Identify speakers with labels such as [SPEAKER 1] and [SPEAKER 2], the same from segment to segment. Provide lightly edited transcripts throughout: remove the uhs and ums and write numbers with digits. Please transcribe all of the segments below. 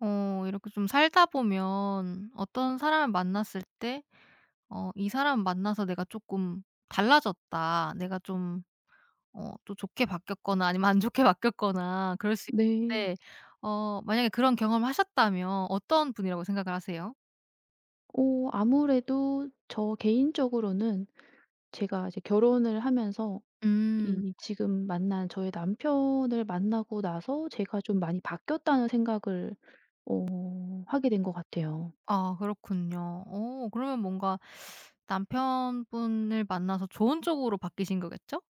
[SPEAKER 1] 어 이렇게 좀 살다 보면 어떤 사람을 만났을 때 어 '이 사람 만나서 내가 조금 달라졌다. 내가 좀 어 또 좋게 바뀌었거나 아니면 안 좋게 바뀌었거나.' 그럴 수
[SPEAKER 2] 네.
[SPEAKER 1] 있는데 어 만약에 그런 경험을 하셨다면 어떤 분이라고 생각을 하세요?
[SPEAKER 2] 아무래도 저 개인적으로는 제가 이제 결혼을 하면서
[SPEAKER 1] 음.
[SPEAKER 2] 이 지금 만난 저의 남편을 만나고 나서 제가 좀 많이 바뀌었다는 생각을 어 하게 된 것 같아요.
[SPEAKER 1] 아 그렇군요. 어 그러면 뭔가 남편분을 만나서 좋은 쪽으로 바뀌신 거겠죠?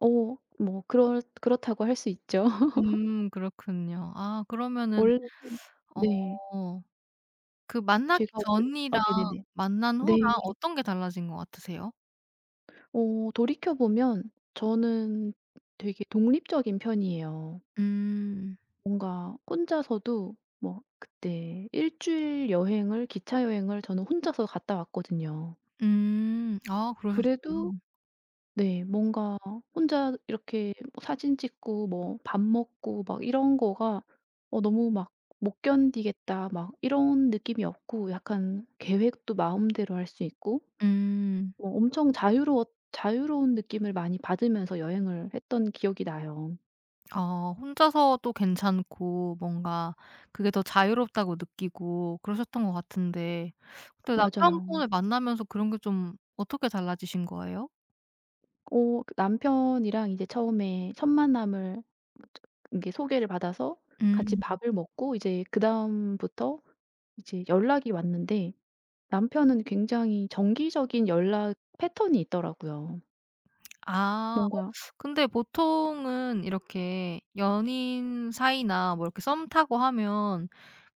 [SPEAKER 2] 뭐 그렇다고 할 수 있죠.
[SPEAKER 1] 그렇군요. 아 그러면은
[SPEAKER 2] 원래. 네.
[SPEAKER 1] 어 그 만나기
[SPEAKER 2] 제가 원.
[SPEAKER 1] 전이랑
[SPEAKER 2] 네네네.
[SPEAKER 1] 만난 후랑
[SPEAKER 2] 네.
[SPEAKER 1] 어떤 게 달라진 것 같으세요?
[SPEAKER 2] 돌이켜 보면 저는 되게 독립적인 편이에요.
[SPEAKER 1] 음.
[SPEAKER 2] 뭔가 혼자서도 뭐 그때 1주일 여행을, 기차 여행을 저는 혼자서 갔다 왔거든요.
[SPEAKER 1] 음. 아
[SPEAKER 2] 그래도
[SPEAKER 1] 그러셨어요.
[SPEAKER 2] 네, 뭔가 혼자 이렇게 뭐 사진 찍고 뭐 밥 먹고 막 이런 거가 너무 막 '못 견디겠다.' 막 이런 느낌이 없고, 약간 계획도 마음대로 할 수 있고
[SPEAKER 1] 음.
[SPEAKER 2] 뭐 엄청 자유로웠 자유로운 느낌을 많이 받으면서 여행을 했던 기억이 나요.
[SPEAKER 1] 아 혼자서도 괜찮고 뭔가 그게 더 자유롭다고 느끼고 그러셨던 것 같은데 근데
[SPEAKER 2] 맞아요.
[SPEAKER 1] 남편분을 만나면서 그런 게 좀 어떻게 달라지신 거예요?
[SPEAKER 2] 그 남편이랑 이제 처음에 첫 만남을 이게 소개를 받아서 같이
[SPEAKER 1] 음.
[SPEAKER 2] 밥을 먹고, 이제 그다음부터 이제 연락이 왔는데 남편은 굉장히 정기적인 연락 패턴이 있더라고요.
[SPEAKER 1] 아. 어,
[SPEAKER 2] 뭔가
[SPEAKER 1] 근데 보통은 이렇게 연인 사이나 뭐 이렇게 썸 타고 하면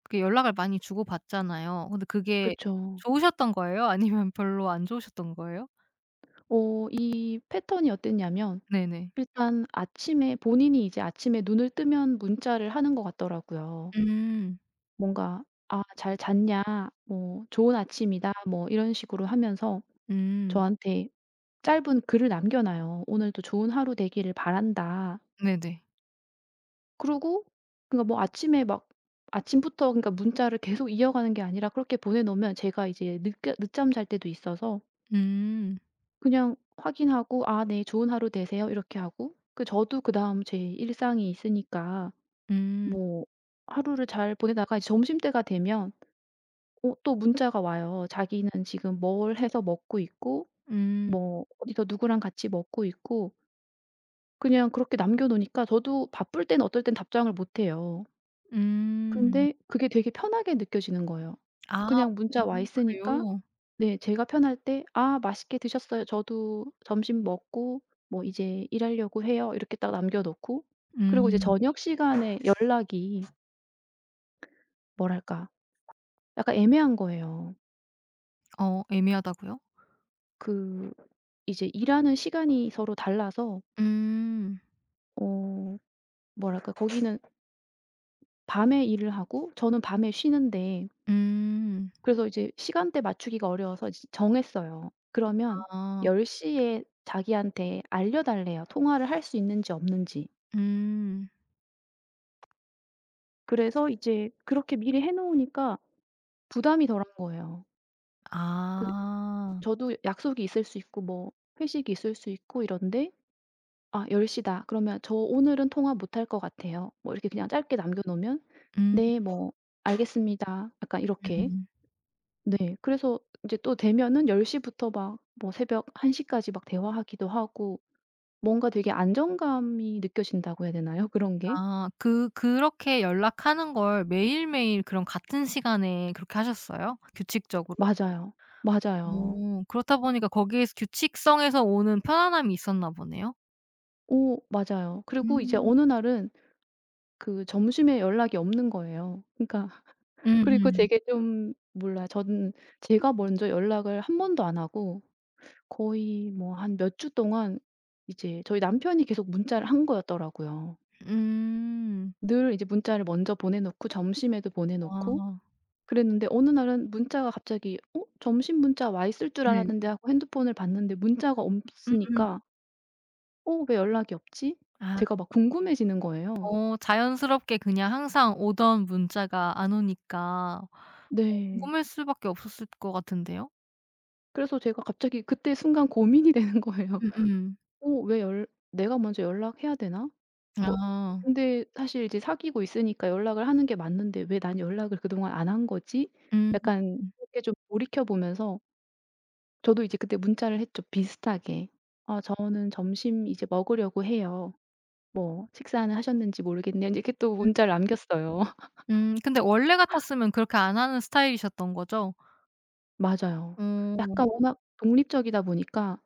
[SPEAKER 1] 그렇게 연락을 많이 주고받잖아요. 근데 그게
[SPEAKER 2] 그쵸.
[SPEAKER 1] 좋으셨던 거예요? 아니면 별로 안 좋으셨던 거예요?
[SPEAKER 2] 이 패턴이 어땠냐면,
[SPEAKER 1] 네네.
[SPEAKER 2] 일단 아침에 본인이 이제 아침에 눈을 뜨면 문자를 하는 것 같더라고요.
[SPEAKER 1] 음.
[SPEAKER 2] 뭔가 "아 잘 잤냐?" 뭐 "좋은 아침이다." 뭐 이런 식으로 하면서
[SPEAKER 1] 음.
[SPEAKER 2] 저한테 짧은 글을 남겨 놔요. "오늘도 좋은 하루 되기를 바란다."
[SPEAKER 1] 네네.
[SPEAKER 2] 그리고 그러니까 뭐 아침에 막 아침부터 그러니까 문자를 계속 이어가는 게 아니라, 그렇게 보내 놓으면 제가 이제 늦게 늦잠 잘 때도 있어서
[SPEAKER 1] 음.
[SPEAKER 2] 그냥 확인하고 '아 네. 좋은 하루 되세요.' 이렇게 하고, 그 저도 그다음 제 일상이 있으니까
[SPEAKER 1] 음.
[SPEAKER 2] 뭐 하루를 잘 보내다가 이제 점심때가 되면 또 문자가 와요. 자기는 지금 뭘 해서 먹고 있고
[SPEAKER 1] 음.
[SPEAKER 2] 뭐 어디서 누구랑 같이 먹고 있고, 그냥 그렇게 남겨 놓으니까 저도 바쁠 때는 어떨 땐 답장을 못 해요.
[SPEAKER 1] 음.
[SPEAKER 2] 근데 그게 되게 편하게 느껴지는 거예요.
[SPEAKER 1] 아
[SPEAKER 2] 그냥 문자 와 있으니까.
[SPEAKER 1] 그래요?
[SPEAKER 2] 네, 제가 편할 때 "아 맛있게 드셨어요. 저도 점심 먹고 뭐 이제 일하려고 해요." 이렇게 딱 남겨 놓고, 그리고 이제
[SPEAKER 1] 음.
[SPEAKER 2] 저녁 시간에 연락이 뭐랄까 약간 애매한 거예요.
[SPEAKER 1] 어 애매하다고요?
[SPEAKER 2] 그 이제 일하는 시간이 서로 달라서
[SPEAKER 1] 음.
[SPEAKER 2] 어 뭐랄까, 거기는 밤에 일을 하고 저는 밤에 쉬는데
[SPEAKER 1] 음.
[SPEAKER 2] 그래서 이제 시간대 맞추기가 어려워서 이제 정했어요. 그러면
[SPEAKER 1] 아.
[SPEAKER 2] 1 0에 자기한테 알려 달래요, 통화를 할 수 있는지 없는지.
[SPEAKER 1] 음.
[SPEAKER 2] 그래서 이제 그렇게 미리 해 놓으니까 부담이 덜한 거예요. 그
[SPEAKER 1] 아.
[SPEAKER 2] 저도 약속이 있을 수 있고 뭐 회식이 있을 수 있고 이런데, "아 1 0 다." 그러면 "저 오늘은 통화 못할 것 같아요." 뭐 이렇게 그냥 짧게 남겨 놓으면 "네. 뭐 알겠습니다." 약간 이렇게.
[SPEAKER 1] 음.
[SPEAKER 2] 네. 그래서 이제 또 되면은 1 0 부터 막 뭐 새벽 1시 까지 막 대화하기도 하고, 뭔가 되게 안정감이 느껴진다고 해야 되나요 그런 게?
[SPEAKER 1] 아 그렇게 연락하는 걸 매일매일 그럼 같은 시간에 그렇게 하셨어요? 규칙적으로?
[SPEAKER 2] 맞아요, 맞아요.
[SPEAKER 1] 오, 그렇다 보니까 거기에서 규칙성에서 오는 편안함이 있었나 보네요.
[SPEAKER 2] 오, 맞아요. 그리고 이제
[SPEAKER 1] 음.
[SPEAKER 2] 어느 날은 그 점심에 연락이 없는 거예요. 그러니까 그리고
[SPEAKER 1] 음음.
[SPEAKER 2] 되게 좀 몰라요. 저는 제가 먼저 연락을 한 번도 안 하고 거의 뭐 한 몇 주 동안 이제 저희 남편이 계속 문자를 한 거였더라고요.
[SPEAKER 1] 음.
[SPEAKER 2] 늘 이제 문자를 먼저 보내 놓고 점심에도 보내 놓고
[SPEAKER 1] 아.
[SPEAKER 2] 그랬는데, 어느 날은 문자가 갑자기, '어 점심 문자 와 있을 줄
[SPEAKER 1] 네.
[SPEAKER 2] 알았는데.' 하고 핸드폰을 봤는데 문자가
[SPEAKER 1] 음음.
[SPEAKER 2] 없으니까 '어 왜 연락이 없지?'
[SPEAKER 1] 아
[SPEAKER 2] 제가 막 궁금해지는 거예요.
[SPEAKER 1] 어 자연스럽게 그냥 항상 오던 문자가 안 오니까 어
[SPEAKER 2] 네.
[SPEAKER 1] 궁금할 수밖에 없었을 것 같은데요.
[SPEAKER 2] 그래서 제가 갑자기 그때 순간 고민이 되는 거예요.
[SPEAKER 1] 음음.
[SPEAKER 2] '어 왜 열 내가 먼저 연락해야 되나?' 뭐
[SPEAKER 1] 아.
[SPEAKER 2] 근데 사실 이제 사귀고 있으니까 연락을 하는 게 맞는데 '왜 난 연락을 그동안 안 한 거지?'
[SPEAKER 1] 음.
[SPEAKER 2] 약간
[SPEAKER 1] 음
[SPEAKER 2] 그렇게 좀 돌이켜 보면서 저도 이제 그때 문자를 했죠 비슷하게. "아 저는 점심 이제 먹으려고 해요." 뭐 "식사는 하셨는지 모르겠네요." 인제 이렇게 또 문자를 남겼어요.
[SPEAKER 1] 근데 원래 같았으면 그렇게 안 하는 스타일이셨던 거죠?
[SPEAKER 2] 맞아요.
[SPEAKER 1] 어
[SPEAKER 2] 약간 워낙 독립적이다 보니까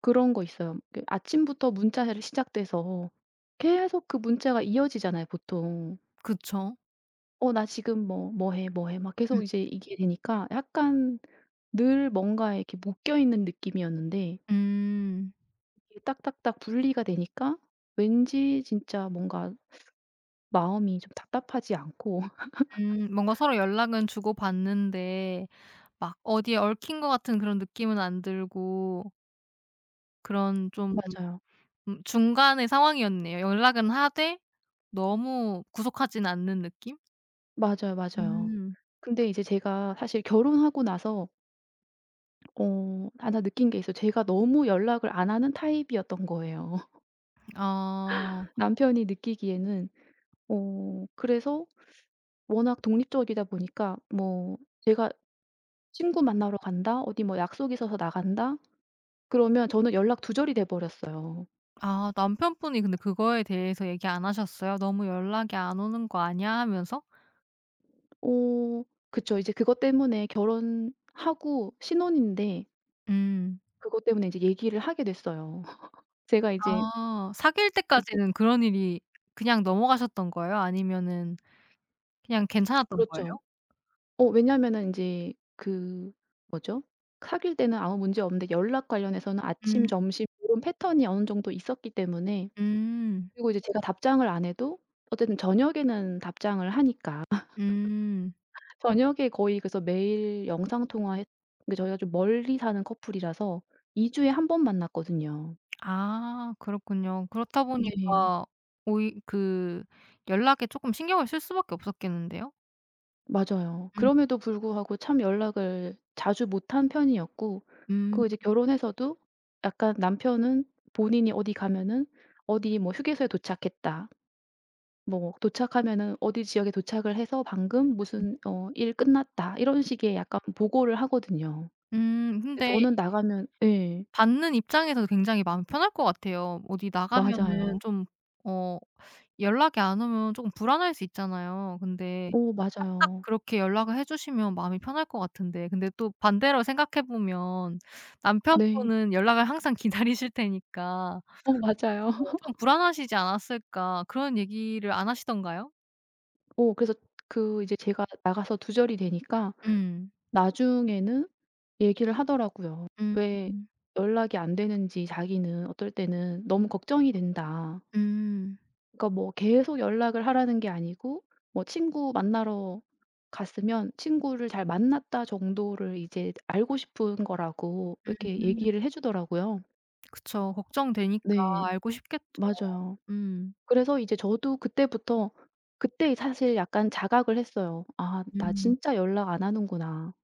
[SPEAKER 2] 그런 거 있어요. 그 아침부터 문자를 시작돼서 계속 그 문자가 이어지잖아요 보통.
[SPEAKER 1] 그쵸.
[SPEAKER 2] "어 나 지금 뭐 뭐 해, 뭐 해." 막
[SPEAKER 1] 음
[SPEAKER 2] 계속 이제 이게 되니까 약간 늘 뭔가에 이렇게 묶여 있는 느낌이었는데,
[SPEAKER 1] 음.
[SPEAKER 2] 이게 딱딱딱 분리가 되니까 왠지 진짜 뭔가 마음이 좀 답답하지 않고.
[SPEAKER 1] 뭔가 서로 연락은 주고받는데 막 어디에 얽힌 것 같은 그런 느낌은 안 들고 그런 좀
[SPEAKER 2] 맞아요.
[SPEAKER 1] 중간의 상황이었네요. 연락은 하되 너무 구속하진 않는 느낌?
[SPEAKER 2] 맞아요, 맞아요.
[SPEAKER 1] 음.
[SPEAKER 2] 근데 이제 제가 사실 결혼하고 나서 하나 느낀 게 있어요. 제가 너무 연락을 안 하는 타입이었던 거예요.
[SPEAKER 1] 아.
[SPEAKER 2] 남편이 느끼기에는. 그래서 워낙 독립적이다 보니까 뭐 제가 친구 만나러 간다. 어디 뭐 약속 있어서 나간다. 그러면 저는 연락 두절이 돼 버렸어요.
[SPEAKER 1] 아 남편분이 근데 그거에 대해서 얘기 안 하셨어요? "너무 연락이 안 오는 거 아니야?" 하면서?
[SPEAKER 2] 어 그쵸. 이제 그것 때문에 결혼하고 신혼인데
[SPEAKER 1] 음.
[SPEAKER 2] 그것 때문에 이제 얘기를 하게 됐어요. 제가 이제
[SPEAKER 1] 아 사귈
[SPEAKER 2] 이제
[SPEAKER 1] 때까지는 그런 일이 그냥 넘어가셨던 거예요? 아니면은 그냥 괜찮았던 거예요?
[SPEAKER 2] 그렇죠. 왜냐하면은 인제 그 뭐죠? 사귈 때는 아무 문제 없는데 연락 관련해서는 아침,
[SPEAKER 1] 음.
[SPEAKER 2] 점심 고런 패턴이 어느 정도 있었기 때문에,
[SPEAKER 1] 음.
[SPEAKER 2] 그리고 이제 제가 답장을 안 해도 어쨌든 저녁에는 답장을 하니까.
[SPEAKER 1] 음.
[SPEAKER 2] 저녁에 거의 그래서 매일 영상 통화했 근데 저희가 좀 멀리 사는 커플이라서 2 주에 한 번 만났거든요.
[SPEAKER 1] 아 그렇군요. 그렇다
[SPEAKER 2] 네,
[SPEAKER 1] 보니까 오이 그 연락에 조금 신경을 쓸 수밖에 없었겠는데요?
[SPEAKER 2] 맞아요.
[SPEAKER 1] 음.
[SPEAKER 2] 그럼에도 불구하고 참 연락을 자주 못한 편이었고
[SPEAKER 1] 음.
[SPEAKER 2] 그 이제 결혼해서도 약간 남편은 본인이 어디 가면은 "어디 뭐 휴게소에 도착했다." 뭐 도착하면은 "어디 지역에 도착을 해서 방금 무슨 어 일 끝났다." 이런 식의 약간 보고를 하거든요. 근데
[SPEAKER 1] 근데
[SPEAKER 2] 저는 나가면 예.
[SPEAKER 1] 받는 입장에서도 굉장히 마음이 편할 것 같아요. 어디 나가면은
[SPEAKER 2] 맞아요.
[SPEAKER 1] 좀 어 연락이 안 오면 조금 불안할 수 있잖아요. 근데 딱딱
[SPEAKER 2] 맞아요.
[SPEAKER 1] 그렇게 연락을 해 주시면 마음이 편할 것 같은데 근데 또 반대로 생각해 보면
[SPEAKER 2] 네.
[SPEAKER 1] 남편분은 연락을 항상 기다리실 테니까 어
[SPEAKER 2] 맞아요.
[SPEAKER 1] 좀 불안하시지 않았을까? 그런 얘기를 안 하시던가요?
[SPEAKER 2] 그래서 그 이제 제가 나가서 두절이 되니까
[SPEAKER 1] 음.
[SPEAKER 2] 나중에는 얘기를 하더라고요.
[SPEAKER 1] 음.
[SPEAKER 2] 왜 연락이 안 되는지, 자기는 어떨 때는 "너무 걱정이 된다."
[SPEAKER 1] 음.
[SPEAKER 2] 그러니까 뭐 계속 연락을 하라는 게 아니고 뭐 친구 만나러 갔으면 친구를 "잘 만났다." 정도를 이제 알고 싶은 거라고 이렇게
[SPEAKER 1] 음.
[SPEAKER 2] 얘기를 해 주더라고요.
[SPEAKER 1] 그쵸. 걱정되니까
[SPEAKER 2] 네,
[SPEAKER 1] 알고 싶겠죠.
[SPEAKER 2] 맞아요.
[SPEAKER 1] 음.
[SPEAKER 2] 그래서 이제 저도 그때부터, 그때 사실 약간 자각을 했어요. '아 나
[SPEAKER 1] 음.
[SPEAKER 2] 진짜 연락 안 하는구나.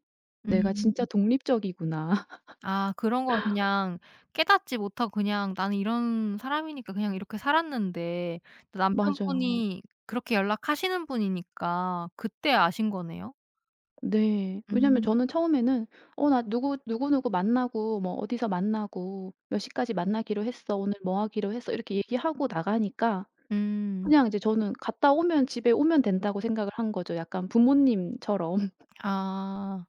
[SPEAKER 2] 내가
[SPEAKER 1] 음.
[SPEAKER 2] 진짜 독립적이구나.'
[SPEAKER 1] 아 그런 걸 그냥 깨닫지 못하고 그냥 '나는 이런 사람이니까 그냥 이렇게 살았는데.'
[SPEAKER 2] 맞아요.
[SPEAKER 1] 남편분이 그렇게 연락하시는 분이니까 그때 아신 거네요?
[SPEAKER 2] 네. 왜냐면
[SPEAKER 1] 음.
[SPEAKER 2] 저는 처음에는 '어 나 누구 누구누구 만나고 뭐 어디서 만나고 몇 시까지 만나기로 했어. 오늘 뭐 하기로 했어.' 이렇게 얘기하고 나가니까,
[SPEAKER 1] 음.
[SPEAKER 2] 그냥 이제 저는 갔다 오면 집에 오면 된다고 생각을 한 거죠. 약간 부모님처럼.
[SPEAKER 1] 아.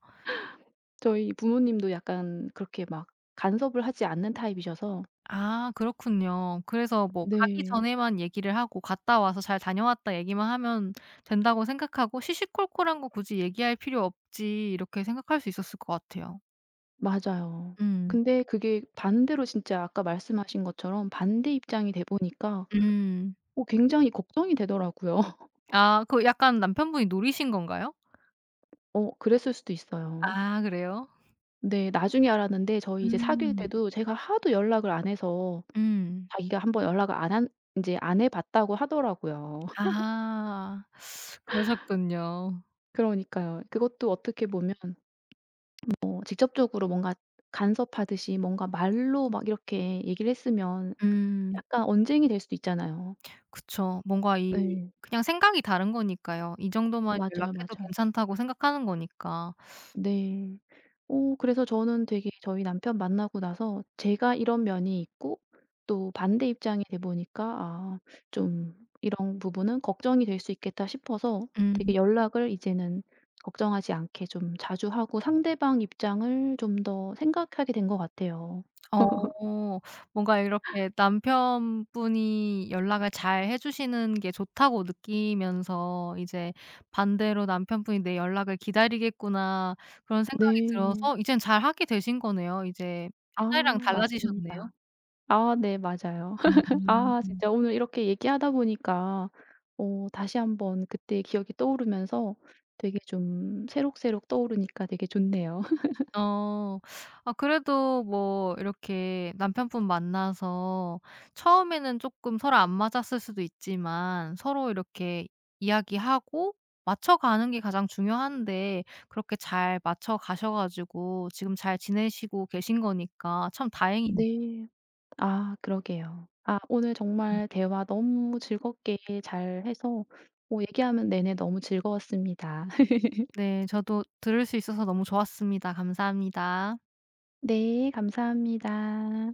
[SPEAKER 2] 저희 부모님도 약간 그렇게 막 간섭을 하지 않는 타입이셔서.
[SPEAKER 1] 아 그렇군요. 그래서 뭐 가기
[SPEAKER 2] 네.
[SPEAKER 1] 전에만 얘기를 하고 갔다 와서 "잘 다녀왔다." 얘기만 하면 된다고 생각하고 시시콜콜한 거 굳이 얘기할 필요 없지 이렇게 생각할 수 있었을 것 같아요.
[SPEAKER 2] 맞아요.
[SPEAKER 1] 음.
[SPEAKER 2] 근데 그게 반대로, 진짜 아까 말씀하신 것처럼 반대 입장이 돼 보니까
[SPEAKER 1] 음.
[SPEAKER 2] 굉장히 걱정이 되더라고요.
[SPEAKER 1] 아 그 약간 남편분이 노리신 건가요?
[SPEAKER 2] 그랬을 수도 있어요.
[SPEAKER 1] 아 그래요?
[SPEAKER 2] 네. 나중에 알았는데 저희 이제 사귈
[SPEAKER 1] 음.
[SPEAKER 2] 때도 제가 하도 연락을 안 해서
[SPEAKER 1] 음. 음.
[SPEAKER 2] 자기가 한번 연락을 안 한, 인제 안 해 봤다고 하더라고요.
[SPEAKER 1] 아 그러셨군요.
[SPEAKER 2] 그러니까요. 그것도 어떻게 보면 뭐 직접적으로 뭔가 간섭하듯이 뭔가 말로 막 이렇게 얘기를 했으면
[SPEAKER 1] 음.
[SPEAKER 2] 약간 언쟁이 될 수도 있잖아요.
[SPEAKER 1] 그쵸. 뭔가 이
[SPEAKER 2] 네.
[SPEAKER 1] 그냥 생각이 다른 거니까요. 이 정도만
[SPEAKER 2] 맞아요,
[SPEAKER 1] 연락해도
[SPEAKER 2] 맞아요.
[SPEAKER 1] 괜찮다고 생각하는 거니까.
[SPEAKER 2] 네. 그래서 저는 되게 저희 남편 만나고 나서 제가 이런 면이 있고, 또 반대 입장이 돼 보니까 '아 좀 이런 부분은 걱정이 될 수 있겠다.' 싶어서
[SPEAKER 1] 음.
[SPEAKER 2] 되게 연락을 이제는 걱정하지 않게 좀 자주 하고 상대방 입장을 좀 더 생각하게 된 것 같아요.
[SPEAKER 1] 어. 뭔가 이렇게 남편분이 연락을 잘 해 주시는 게 좋다고 느끼면서 이제 반대로 '남편분이 내 연락을 기다리겠구나.' 그런 생각이
[SPEAKER 2] 네.
[SPEAKER 1] 들어서 이젠 잘하게 되신 거네요. 이제 옛날이랑
[SPEAKER 2] 아
[SPEAKER 1] 달라지셨네요.
[SPEAKER 2] 맞습니다. 아 네, 맞아요. 아 진짜 오늘 이렇게 얘기하다 보니까 다시 한번 그때 기억이 떠오르면서 되게 좀 새록새록 떠오르니까 되게 좋네요.
[SPEAKER 1] 어. 아 그래도 뭐 이렇게 남편분 만나서 처음에는 조금 서로 안 맞았을 수도 있지만 서로 이렇게 이야기하고 맞춰가는 게 가장 중요한데 그렇게 잘 맞춰가셔 가지고 지금 잘 지내시고 계신 거니까 참 다행이네요.
[SPEAKER 2] 네. 아 그러게요. 아 오늘 정말 대화 너무 즐겁게 잘해서 뭐 얘기하면 내내 너무 즐거웠습니다.
[SPEAKER 1] 네. 저도 들을 수 있어서 너무 좋았습니다. 감사합니다.
[SPEAKER 2] 네 감사합니다.